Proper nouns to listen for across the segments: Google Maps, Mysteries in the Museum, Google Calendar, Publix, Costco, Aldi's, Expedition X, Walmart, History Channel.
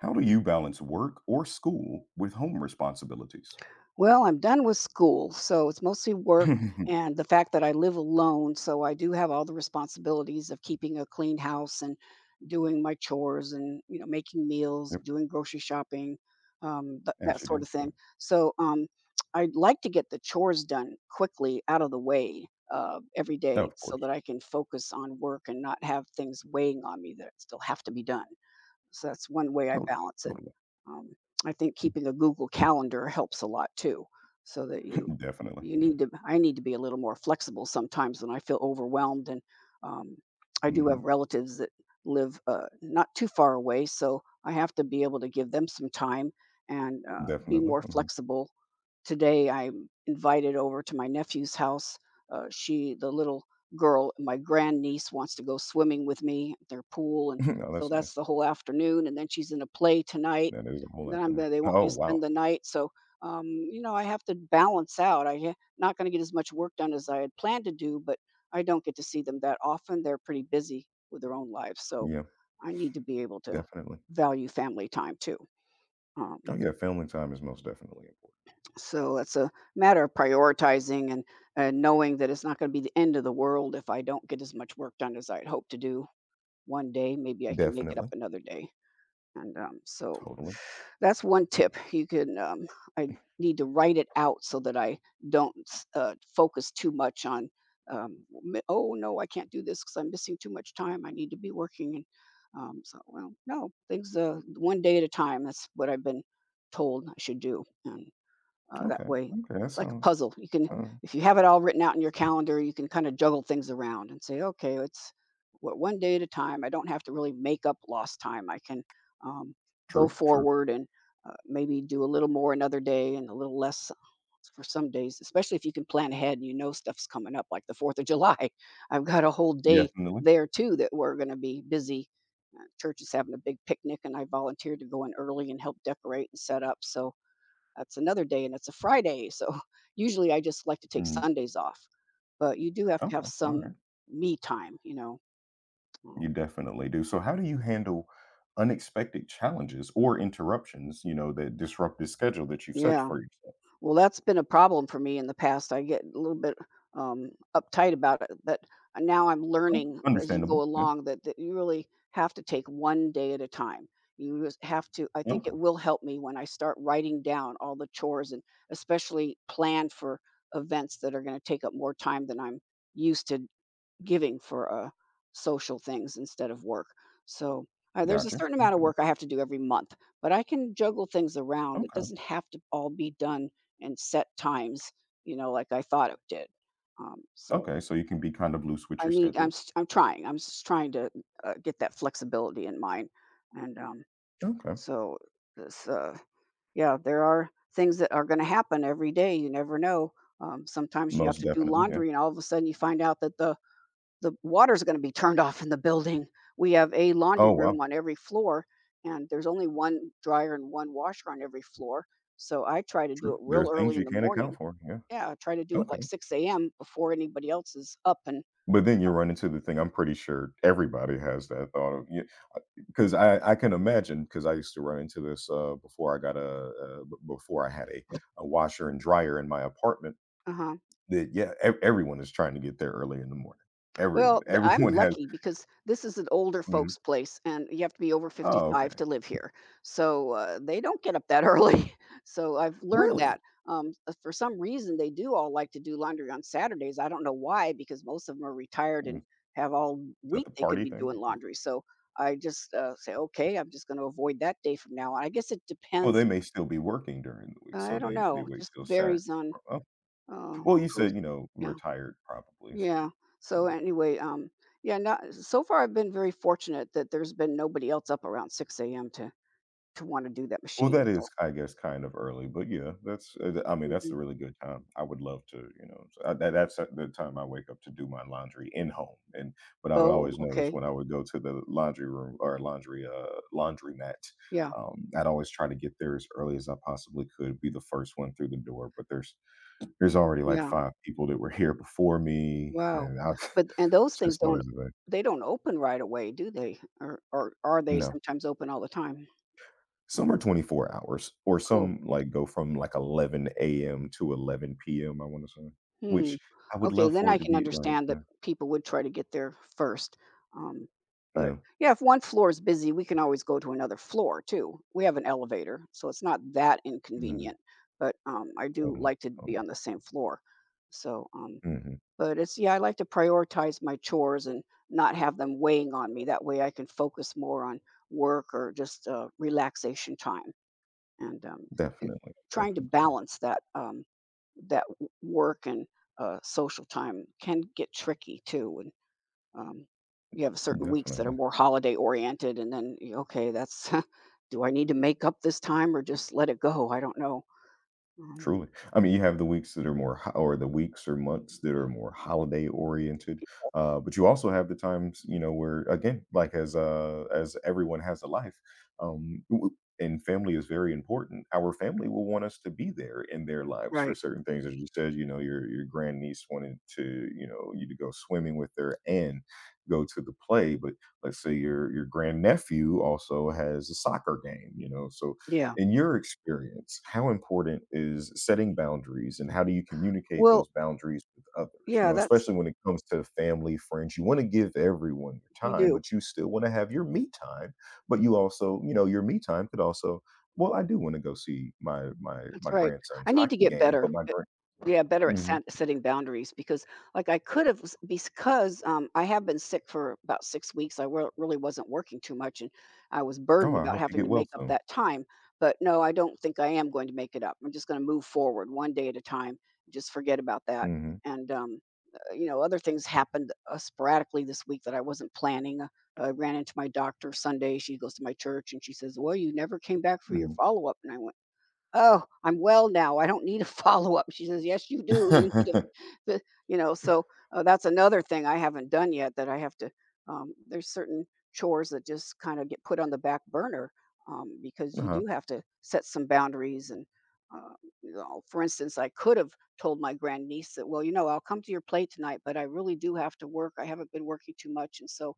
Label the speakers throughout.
Speaker 1: How do you balance work or school with home responsibilities?
Speaker 2: Well, I'm done with school, so it's mostly work and the fact that I live alone, so I do have all the responsibilities of keeping a clean house and doing my chores and making meals,
Speaker 1: Yep,
Speaker 2: doing grocery shopping, that
Speaker 1: as you
Speaker 2: sort
Speaker 1: do.
Speaker 2: of thing.
Speaker 1: Yep.
Speaker 2: So, I'd like to get the chores done quickly out of the way every
Speaker 1: Oh,
Speaker 2: day
Speaker 1: of
Speaker 2: so
Speaker 1: course.
Speaker 2: that I can focus on work and not have things weighing on me that still have to be done. So that's one way I
Speaker 1: Totally,
Speaker 2: balance it.
Speaker 1: totally.
Speaker 2: Um, I think keeping a Google Calendar helps a lot too, so that you
Speaker 1: Definitely,
Speaker 2: you
Speaker 1: yeah.
Speaker 2: need to. I need to be a little more flexible sometimes when I feel overwhelmed, and um, I do
Speaker 1: Mhm.
Speaker 2: have relatives that live not too far away, so I have to be able to give them some time and be
Speaker 1: Definitely,
Speaker 2: more
Speaker 1: mhm.
Speaker 2: flexible. Today, I'm invited over to my nephew's house. She, the little girl, my grandniece, wants to go swimming with me at their pool, and
Speaker 1: Oh,
Speaker 2: so
Speaker 1: that's
Speaker 2: that's
Speaker 1: nice.
Speaker 2: the whole afternoon, and then she's in a play tonight,
Speaker 1: That is a whole
Speaker 2: and then I'm
Speaker 1: afternoon.
Speaker 2: gonna they want
Speaker 1: Oh,
Speaker 2: me to spend
Speaker 1: wow.
Speaker 2: the night, so, I have to balance out. I am not gonna get as much work done as I had planned to do, but I don't get to see them that often. They're pretty busy with their own lives, so
Speaker 1: Yeah,
Speaker 2: I need to be able to
Speaker 1: definitely.
Speaker 2: value family time too. Um,
Speaker 1: Oh, yeah, family time is most definitely important.
Speaker 2: so it's a matter of prioritizing and knowing that it's not gonna be the end of the world if I don't get as much work done as I'd hoped to do one day. Maybe I can make it up
Speaker 1: Definitely.
Speaker 2: another day, and.
Speaker 1: Totally.
Speaker 2: That's one tip. I need to write it out so that I don't focus too much on, oh no, I can't do this because I'm missing too much time. I need to be working. And, well, no, things, one day at a time. That's what I've been told I should do. And that
Speaker 1: Okay,
Speaker 2: way,
Speaker 1: okay, that
Speaker 2: it's like a
Speaker 1: sounds
Speaker 2: puzzle. You can
Speaker 1: sound
Speaker 2: If you have it all written out in your calendar, you can kind of juggle things around and say, okay, it's what one day at a time. I don't have to really make up lost time. I can um, go
Speaker 1: true, true.
Speaker 2: forward and maybe do a little more another day and a little less for some days, especially if you can plan ahead and you know stuff's coming up, like the 4th of July. I've got a whole day
Speaker 1: Definitely.
Speaker 2: there too that we're going to be busy. Church is having a big picnic, and I volunteered to go in early and help decorate and set up. So that's another day and it's a Friday. So usually I just like to take
Speaker 1: Mhm.
Speaker 2: Sundays off, but you do have to
Speaker 1: Okay,
Speaker 2: have some
Speaker 1: alright.
Speaker 2: me time. Um,
Speaker 1: You definitely do. So how do you handle unexpected challenges or interruptions, you know, that disrupt the schedule that you've set
Speaker 2: Yeah.
Speaker 1: for yourself?
Speaker 2: Well, that's been a problem for me in the past. I get a little bit uptight about it, but now I'm
Speaker 1: Okay,
Speaker 2: learning as you go
Speaker 1: understandable, yeah.
Speaker 2: along that, that you really have to take one day at a time. You just have to, I think
Speaker 1: Okay,
Speaker 2: it will help me when I start writing down all the chores and especially plan for events that are going to take up more time than I'm used to giving for social things instead of work. So there's a
Speaker 1: gotcha.
Speaker 2: certain amount of
Speaker 1: Okay,
Speaker 2: work I have to do every month, but I can juggle things around. It
Speaker 1: okay.
Speaker 2: doesn't have to all be done in set times, you know, like I thought it did. So
Speaker 1: Okay, so you can be kind of loose with
Speaker 2: I
Speaker 1: your
Speaker 2: need. I'm
Speaker 1: schedule.
Speaker 2: s- I'm trying. I'm just trying to get that flexibility in mind, and
Speaker 1: Okay,
Speaker 2: so this. Yeah, there are things that are going to happen every day. You never know. Sometimes you have
Speaker 1: most
Speaker 2: to do
Speaker 1: definitely, yeah.
Speaker 2: laundry, and all of a sudden you find out that the water's gonna be turned off in the building. We have a laundry
Speaker 1: Oh, wow,
Speaker 2: room on every floor, and there's only 1 dryer and 1 washer on every floor, so I try to do
Speaker 1: true.
Speaker 2: it
Speaker 1: There are
Speaker 2: real early
Speaker 1: things
Speaker 2: in
Speaker 1: you
Speaker 2: the
Speaker 1: can't account
Speaker 2: morning.
Speaker 1: for, yeah.
Speaker 2: Yeah, I try to do it like
Speaker 1: Okay,
Speaker 2: 6 a.m. before anybody else is up and
Speaker 1: but then you run into the thing I'm pretty sure everybody has that thought of, yeah, because I can imagine. Because I used to run into this, before I got a, b before I had a washer and dryer in my apartment
Speaker 2: uh-huh.
Speaker 1: that, yeah, ev everyone is trying to get there early in the morning. Everyone,
Speaker 2: Well, I'm
Speaker 1: everyone has
Speaker 2: lucky because this is an older
Speaker 1: mhm.
Speaker 2: folks' place, and you have to be over
Speaker 1: Oh,
Speaker 2: 55
Speaker 1: okay.
Speaker 2: to live here. So they don't get up that early. So I've learned that.
Speaker 1: Really?
Speaker 2: For some reason, they do all like to do laundry on Saturdays. I don't know why, because most of them are retired
Speaker 1: Mm,
Speaker 2: and
Speaker 1: is
Speaker 2: have all
Speaker 1: that
Speaker 2: week
Speaker 1: the
Speaker 2: they could
Speaker 1: party
Speaker 2: be
Speaker 1: thing?
Speaker 2: doing
Speaker 1: Oh.
Speaker 2: laundry. So I just say, okay, I'm just going to avoid that day from now on. I guess it
Speaker 1: Well,
Speaker 2: depends.
Speaker 1: they may still be working during the week,
Speaker 2: I
Speaker 1: so
Speaker 2: don't
Speaker 1: they
Speaker 2: know. It
Speaker 1: wait
Speaker 2: just
Speaker 1: till Sat
Speaker 2: varies on
Speaker 1: oh,
Speaker 2: uh,
Speaker 1: well, you
Speaker 2: who's,
Speaker 1: said, you know,
Speaker 2: yeah.
Speaker 1: retired probably,
Speaker 2: Yeah.
Speaker 1: so,
Speaker 2: So
Speaker 1: you
Speaker 2: anyway, yeah, not so far I've been very fortunate that there's been nobody else up around 6 a.m. to wanna do that
Speaker 1: well,
Speaker 2: machine,
Speaker 1: that
Speaker 2: so
Speaker 1: is, I guess, kind of early, but yeah, that's I mean, that's
Speaker 2: Mhm.
Speaker 1: a really good time. I would love to, you know, so, that's the time I wake up to do my laundry in home, and but I would
Speaker 2: Oh,
Speaker 1: always notice
Speaker 2: okay.
Speaker 1: when I would go to the laundry room or laundry, laundromat,
Speaker 2: Yeah,
Speaker 1: I'd always try to get there as early as I possibly could, be the first one through the door, but there's already like
Speaker 2: yeah.
Speaker 1: 5 people that were here before me,
Speaker 2: Wow.
Speaker 1: and I
Speaker 2: But and those
Speaker 1: it's
Speaker 2: things
Speaker 1: just
Speaker 2: don't,
Speaker 1: always the way.
Speaker 2: they don't open right away, do they? Or are they
Speaker 1: No.
Speaker 2: sometimes open all the time?
Speaker 1: Some are 24 hours, or
Speaker 2: Oh.
Speaker 1: some, like, go from, like, 11 AM to 11 PM, I wanna say,
Speaker 2: Hmm.
Speaker 1: which I would
Speaker 2: Okay,
Speaker 1: love
Speaker 2: then
Speaker 1: for
Speaker 2: I
Speaker 1: it to
Speaker 2: can
Speaker 1: be, like
Speaker 2: understand that
Speaker 1: yeah,
Speaker 2: people would try to get there first. Um, but
Speaker 1: yeah,
Speaker 2: yeah, if one floor is busy, we can always go to another floor too. We have an elevator, so it's not that
Speaker 1: mhm,
Speaker 2: inconvenient. But I do
Speaker 1: totally,
Speaker 2: like to be
Speaker 1: totally.
Speaker 2: on the same floor. So,
Speaker 1: Mhm,
Speaker 2: but it's yeah, I like to prioritize my chores and not have them weighing on me. That way, I can focus more on work or just relaxation time. And, it
Speaker 1: definitely,
Speaker 2: trying to
Speaker 1: definitely,
Speaker 2: balance that, that w work and, social time can get tricky too, and, um, you have certain weeks that are
Speaker 1: definitely.
Speaker 2: more holiday oriented, and then, y okay, that's do I need to make up this time or just let it go? I don't know. Um,
Speaker 1: Truly. I mean, you have the weeks that are more ho or the weeks or months that are more holiday oriented, but you also have the times, you know, where again, like as everyone has a life, um, w- and family is very important. Our family will want us to be there in their lives for
Speaker 2: right.
Speaker 1: certain things, as you said. You know, your grandniece wanted to, you know, you to go swimming with her and go to the play, but let's say your grandnephew also has a soccer game, you know, so
Speaker 2: Yeah.
Speaker 1: in your experience, how important is setting boundaries and how do you communicate
Speaker 2: Well,
Speaker 1: those boundaries with others? You
Speaker 2: yeah,
Speaker 1: know,
Speaker 2: that's
Speaker 1: especially when it comes to family, friends, you want to give everyone your
Speaker 2: you
Speaker 1: time,
Speaker 2: do.
Speaker 1: but you still want to have your me time. But you also, you know, your me time could also, well, I do want to go see
Speaker 2: That's
Speaker 1: my
Speaker 2: right. I
Speaker 1: grandson's
Speaker 2: need to
Speaker 1: hockey
Speaker 2: get
Speaker 1: game, but
Speaker 2: better.
Speaker 1: my grand,
Speaker 2: Yeah, better at
Speaker 1: hmm
Speaker 2: setting boundaries because, like, I could have because I have been sick for about 6 weeks. I really wasn't working too much, and I was
Speaker 1: oh,
Speaker 2: burdened
Speaker 1: I
Speaker 2: about
Speaker 1: hope you
Speaker 2: having to
Speaker 1: get well
Speaker 2: make up
Speaker 1: soon.
Speaker 2: that time. But no, I don't think I am going to make it up. I'm just going to move forward one day at a time. Just forget about that.
Speaker 1: Hmm.
Speaker 2: And other things happened sporadically this week that I wasn't planning. I ran into my doctor Sunday. She goes to my church, and she says, "Well, you never came back for your
Speaker 1: Hmm.
Speaker 2: follow up." And I went. "Oh, I'm well now, I don't need a follow-up." She says, "Yes, you do, you need a the" you know, so, that's another thing I haven't done yet that I have to, there's certain chores that just kinda get put on the back burner, because you
Speaker 1: Uh-huh.
Speaker 2: do have to set some boundaries and, uh, for instance, I could have told my grandniece that, "Well, you know, I'll come to your play tonight, but I really do have to work, I haven't been working too much, and so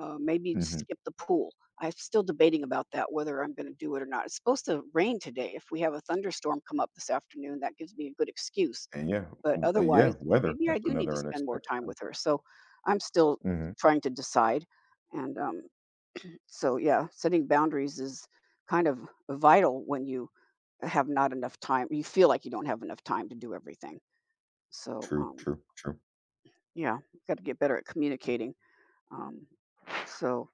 Speaker 2: maybe
Speaker 1: Hmm.
Speaker 2: skip the pool. I'm still debating about that whether I'm going to do it or not. It's supposed to rain today. If we have a thunderstorm come up this afternoon, that gives me a good excuse.
Speaker 1: And yeah,
Speaker 2: But otherwise,
Speaker 1: yeah, weather.
Speaker 2: maybe I
Speaker 1: That's
Speaker 2: do need to
Speaker 1: another
Speaker 2: spend more
Speaker 1: unexpected
Speaker 2: time
Speaker 1: thing.
Speaker 2: with her. So I'm still
Speaker 1: Hmm.
Speaker 2: trying to decide. And so, yeah, setting boundaries is kind of vital when you have not enough time. You feel like you don't have enough time to do everything. So,
Speaker 1: True, true, true.
Speaker 2: yeah, got to get better at communicating. Um, so,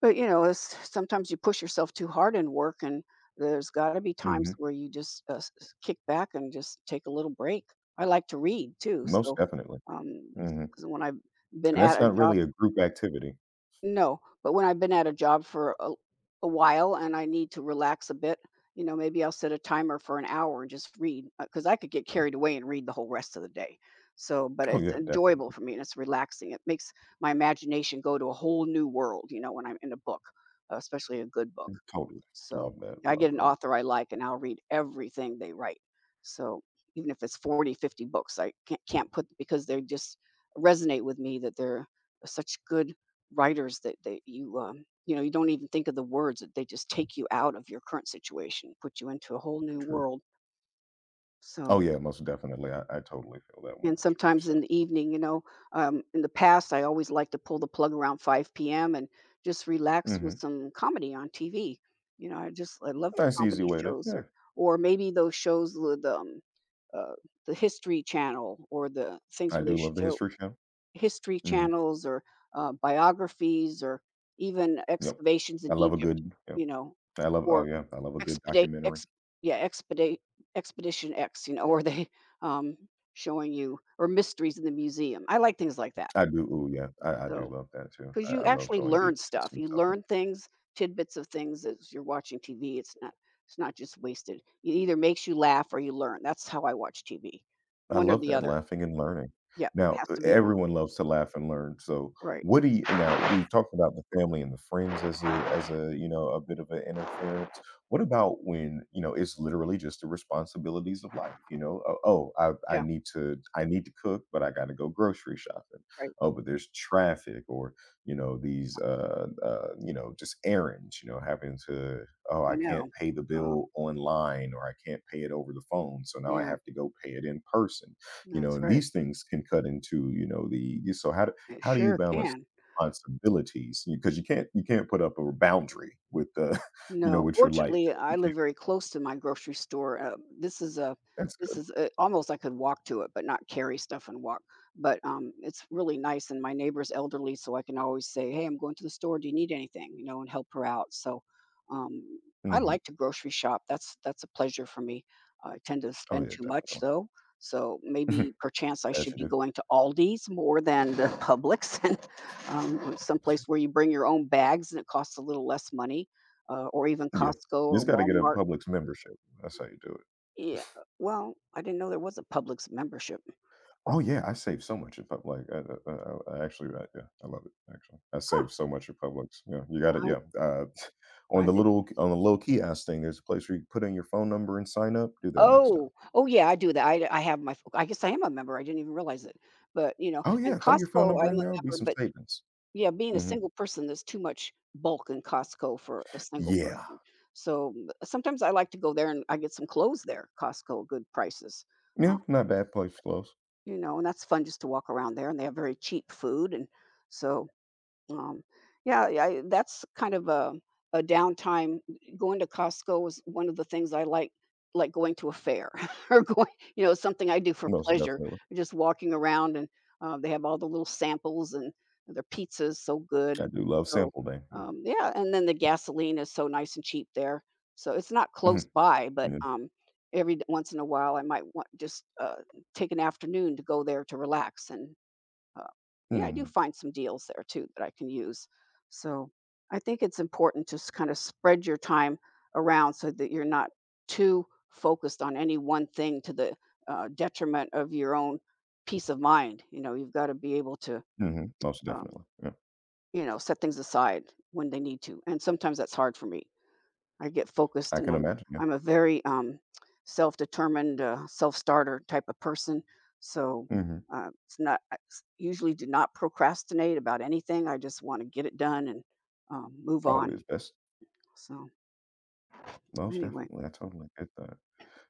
Speaker 2: But it's sometimes you push yourself too hard in work, and there's gotta be
Speaker 1: Hmm.
Speaker 2: times where you just, s s kick back and just take a little break. I like to read too,
Speaker 1: Most
Speaker 2: so,
Speaker 1: definitely.
Speaker 2: um,
Speaker 1: Mhm.
Speaker 2: 'cause when I've been
Speaker 1: And
Speaker 2: at
Speaker 1: that's
Speaker 2: a
Speaker 1: not
Speaker 2: job
Speaker 1: really a group activity.
Speaker 2: no, but when I've been at a job for a while and I need to relax a bit, you know, maybe I'll set a timer for an hour and just read because I could get carried away and read the whole rest of the day. So, but
Speaker 1: Oh,
Speaker 2: it's
Speaker 1: yeah,
Speaker 2: enjoyable
Speaker 1: definitely.
Speaker 2: for me and it's relaxing. It makes my imagination go to a whole new world, you know, when I'm in a book, especially a good book.
Speaker 1: Totally.
Speaker 2: So,
Speaker 1: Love that,
Speaker 2: yeah, I
Speaker 1: love
Speaker 2: get an
Speaker 1: that.
Speaker 2: author I like, and I'll read everything they write. So, even if it's 40, 50 books, I can't put because they just resonate with me that they're such good writers that you, you know, you don't even think of the words, that they just take you out of your current situation, put you into a whole new
Speaker 1: True.
Speaker 2: world.
Speaker 1: Oh,
Speaker 2: So
Speaker 1: yeah, most definitely. I totally feel that
Speaker 2: and sometimes in
Speaker 1: 100%.
Speaker 2: the evening, in the past, I always like to pull the plug around 5 p.m. and just relax with
Speaker 1: Mhm.
Speaker 2: some comedy on TV. You know, I just I love
Speaker 1: Nice easy
Speaker 2: comedy
Speaker 1: way to
Speaker 2: shows,
Speaker 1: yeah.
Speaker 2: or maybe those shows with uh, the History Channel or the things
Speaker 1: I
Speaker 2: where they
Speaker 1: do love the
Speaker 2: show
Speaker 1: History Channel.
Speaker 2: history
Speaker 1: Mhm.
Speaker 2: channels or biographies or even
Speaker 1: Yep.
Speaker 2: excavations in
Speaker 1: I love a
Speaker 2: Egypt.
Speaker 1: good yep.
Speaker 2: You know,
Speaker 1: I love oh,
Speaker 2: or
Speaker 1: yeah, I love a good
Speaker 2: Expedite
Speaker 1: documentary.
Speaker 2: ex yeah, Expedite Expedition X, you know, or um, showing you or Mysteries in the Museum. I like things like that.
Speaker 1: I do ooh, yeah. I do
Speaker 2: So,
Speaker 1: love that too.
Speaker 2: because
Speaker 1: I
Speaker 2: you
Speaker 1: I love
Speaker 2: actually
Speaker 1: going deep
Speaker 2: learn
Speaker 1: into
Speaker 2: stuff.
Speaker 1: some
Speaker 2: You
Speaker 1: stuff.
Speaker 2: learn things, tidbits of things as you're watching TV. It's not just wasted. It either makes you laugh or you learn. That's how I watch TV.
Speaker 1: I
Speaker 2: One or
Speaker 1: love
Speaker 2: the
Speaker 1: that,
Speaker 2: other.
Speaker 1: laughing and learning.
Speaker 2: Yeah, it
Speaker 1: Now,
Speaker 2: has
Speaker 1: e
Speaker 2: to be one.
Speaker 1: everyone loves to laugh and learn, so
Speaker 2: Right.
Speaker 1: what do you now, we've talked about the family and the friends as you know, a bit of an interference. What about when, you know, it's literally just the responsibilities of life, you know? "Oh oh,
Speaker 2: Yeah,
Speaker 1: I need to cook, but I gotta go grocery shopping.
Speaker 2: right.
Speaker 1: Oh, but there's traffic," or you know these you know just errands you know having to oh,
Speaker 2: I
Speaker 1: I
Speaker 2: know.
Speaker 1: can't pay the
Speaker 2: Um,
Speaker 1: bill online or I can't pay it over the phone, so now I
Speaker 2: yeah,
Speaker 1: have to go pay it in person, you know,
Speaker 2: that's
Speaker 1: and
Speaker 2: right.
Speaker 1: these things can cut into, you know, the so
Speaker 2: It
Speaker 1: how do you
Speaker 2: sure
Speaker 1: balance
Speaker 2: can.
Speaker 1: responsibilities because you can't put up a boundary with the you know
Speaker 2: No,
Speaker 1: with your light
Speaker 2: fortunately,
Speaker 1: bill
Speaker 2: I
Speaker 1: you
Speaker 2: live
Speaker 1: can't
Speaker 2: very close to my grocery store.
Speaker 1: that's
Speaker 2: This
Speaker 1: good
Speaker 2: is a, almost I could walk to it, but not carry stuff and walk. But it's really nice, and my neighbor's elderly, so I can always say, "Hey, I'm going to the store. Do you need anything?" You know, and help her out. So um, I
Speaker 1: hmm
Speaker 2: like to grocery shop. That's a pleasure for me. I tend to
Speaker 1: oh
Speaker 2: spend
Speaker 1: yeah
Speaker 2: too much
Speaker 1: definitely
Speaker 2: though, so maybe perchance I
Speaker 1: as
Speaker 2: should
Speaker 1: you
Speaker 2: be
Speaker 1: do
Speaker 2: going to Aldi's more than the Publix and someplace where you bring your own bags and it costs a little less money, or even
Speaker 1: yeah
Speaker 2: Costco
Speaker 1: you
Speaker 2: or
Speaker 1: just got to get a
Speaker 2: Walmart.
Speaker 1: Publix membership that's how you do it.
Speaker 2: Yeah, well, I didn't know there was a Publix membership.
Speaker 1: Oh yeah, I save so much in pub like, I actually, yeah, I love it, actually. I
Speaker 2: Huh,
Speaker 1: save so much in Publix, yeah, you got it.
Speaker 2: I
Speaker 1: Yeah, on
Speaker 2: I
Speaker 1: the
Speaker 2: didn't
Speaker 1: little kiosk thing, there's a place where you can put in your phone number and sign up, do that next time.
Speaker 2: Oh, oh, yeah, I do that. I have my I guess I am a member. I didn't even realize it. But, you know,
Speaker 1: Oh
Speaker 2: and
Speaker 1: yeah, throw your phone
Speaker 2: Costco,
Speaker 1: number
Speaker 2: I'm
Speaker 1: in
Speaker 2: a
Speaker 1: there, it'll be
Speaker 2: member,
Speaker 1: some
Speaker 2: but
Speaker 1: savings.
Speaker 2: yeah, being a
Speaker 1: Mhm.
Speaker 2: single person, there's too much bulk in Costco for a single
Speaker 1: Yeah.
Speaker 2: person. So, sometimes I like to go there and I get some clothes there, Costco, good prices. Uh,
Speaker 1: Yeah, not bad place to close,
Speaker 2: you know, and that's fun just to walk around there and they have very cheap food and so. Um, yeah, yeah, I that's kind of a downtime. Going to Costco was one of the things I like going to a fair or going, you know, something I do for
Speaker 1: most
Speaker 2: pleasure.
Speaker 1: definitely.
Speaker 2: Just walking around and they have all the little samples and their pizza is so
Speaker 1: I
Speaker 2: good.
Speaker 1: do love
Speaker 2: So
Speaker 1: sample day, yeah.
Speaker 2: yeah, and then the gasoline is so nice and cheap there. So it's not close
Speaker 1: Mhm,
Speaker 2: by, but
Speaker 1: yeah,
Speaker 2: once in a while I might want just take an afternoon to go there to relax and uh, yeah, I do
Speaker 1: mhm,
Speaker 2: find some deals there too that I can use. So I think it's important to kind of spread your time around so that you're not too focused on any one thing to the detriment of your own peace of mind. You know, you've got to be able to,
Speaker 1: mhm, most
Speaker 2: um,
Speaker 1: definitely, yeah.
Speaker 2: you know, set things aside when they need to. And sometimes that's hard for me. I get focused
Speaker 1: I
Speaker 2: and
Speaker 1: can
Speaker 2: I'm
Speaker 1: imagine, yeah.
Speaker 2: I'm a very, self-determined, self-starter type of person, so,
Speaker 1: Mhm.
Speaker 2: it's not I s usually do not procrastinate about anything, I just wanna get it done and, move on,
Speaker 1: Always best
Speaker 2: so,
Speaker 1: most
Speaker 2: anyway
Speaker 1: definitely, I totally get that.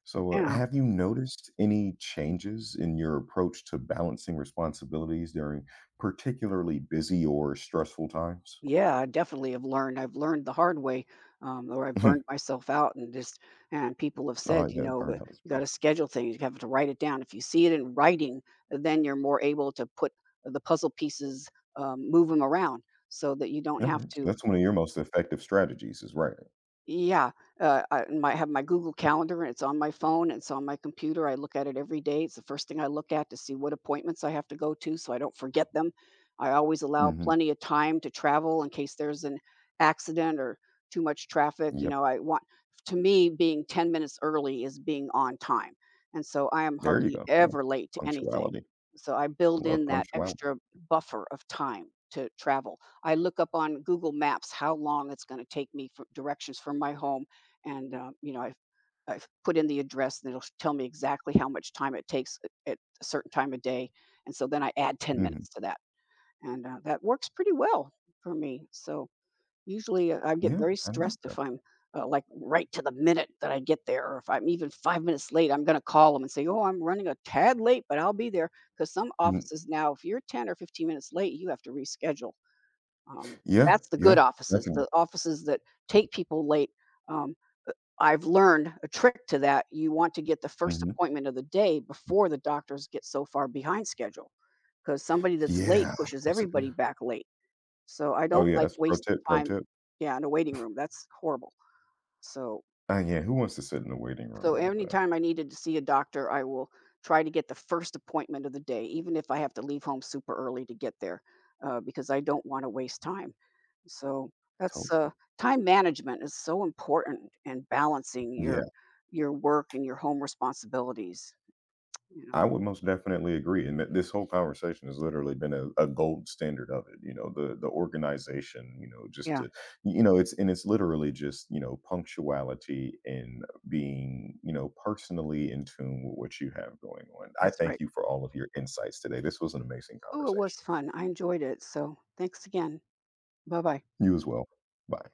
Speaker 1: So,
Speaker 2: yeah.
Speaker 1: have you noticed any changes in your approach to balancing responsibilities during particularly busy or stressful times?
Speaker 2: Yeah, I definitely have learned. I've learned the hard way, or I've burned
Speaker 1: Mhm.
Speaker 2: myself out, and just and people have
Speaker 1: Oh,
Speaker 2: said, you
Speaker 1: yeah,
Speaker 2: know, "But
Speaker 1: burnout is
Speaker 2: you got to
Speaker 1: real.
Speaker 2: schedule things. You have to write it down. If you see it in writing, then you're more able to put the puzzle pieces, move them around, so that you don't
Speaker 1: All
Speaker 2: have
Speaker 1: right. So
Speaker 2: to
Speaker 1: that's one of your most effective strategies, is writing.
Speaker 2: yeah, I my have my Google Calendar, and it's on my phone, it's on my computer, I look at it every day, it's the first thing I look at to see what appointments I have to go to so I don't forget them. I always allow
Speaker 1: Hmm.
Speaker 2: plenty of time to travel in case there's an accident or too much traffic, you
Speaker 1: Yep.
Speaker 2: know, I want to me, being 10 minutes early is being on time, and so I am
Speaker 1: There you
Speaker 2: hardly
Speaker 1: go. Yeah.
Speaker 2: ever late to anything.
Speaker 1: Punctuality.
Speaker 2: So I build
Speaker 1: Love
Speaker 2: in that
Speaker 1: punctuality.
Speaker 2: extra buffer of time to travel. I look up on Google Maps how long it's gonna take me for directions from my home, and, you know, I've put in the address, and it'll tell me exactly how much time it takes at a certain time of day, and so then I add 10
Speaker 1: Hmm.
Speaker 2: minutes to that, and, that works pretty well for me, so usually, I get
Speaker 1: Yeah,
Speaker 2: very
Speaker 1: I like
Speaker 2: stressed
Speaker 1: that.
Speaker 2: if I'm, like, right to the minute that I get there, or if I'm even 5 minutes late, I'm gonna call them and say, "Oh, I'm running a tad late, but I'll be there because some
Speaker 1: Mhm.
Speaker 2: offices now, if you're 10 or 15 minutes late, you have to reschedule. Um,
Speaker 1: Yeah,
Speaker 2: that's the good
Speaker 1: yeah,
Speaker 2: offices, the
Speaker 1: definitely.
Speaker 2: offices that take people late. Um, I've learned a trick to that. You want to get the first
Speaker 1: Hmm.
Speaker 2: appointment of the day before the doctors get so far behind schedule because somebody that's late
Speaker 1: Yeah,
Speaker 2: pushes
Speaker 1: that's a good.
Speaker 2: everybody back late. So I
Speaker 1: Oh
Speaker 2: don't
Speaker 1: yeah,
Speaker 2: like
Speaker 1: that's pro
Speaker 2: wasting
Speaker 1: tip. Pro
Speaker 2: time.
Speaker 1: tip.
Speaker 2: Yeah, in a waiting room. That's horrible. So
Speaker 1: Yeah, who wants to sit in the waiting room
Speaker 2: so
Speaker 1: all day?
Speaker 2: anytime I needed to see a doctor, I will try to get the first appointment of the day, even if I have to leave home super early to get there, because I don't want to waste time. So that's
Speaker 1: Totally.
Speaker 2: time management is so important and balancing
Speaker 1: Yeah.
Speaker 2: your work and your home responsibilities. You
Speaker 1: I
Speaker 2: know,
Speaker 1: would most definitely agree, and that this whole conversation has literally been a gold standard of it. You know, the organization. You know, just
Speaker 2: yeah,
Speaker 1: to you know, it's and it's literally just you know punctuality and being you know personally in tune with what you have going on. I
Speaker 2: that's
Speaker 1: thank
Speaker 2: right.
Speaker 1: you for all of your insights today. This was an amazing
Speaker 2: Oh, it was
Speaker 1: conversation.
Speaker 2: fun. I enjoyed it. So thanks again. Bye bye.
Speaker 1: You as well. Bye.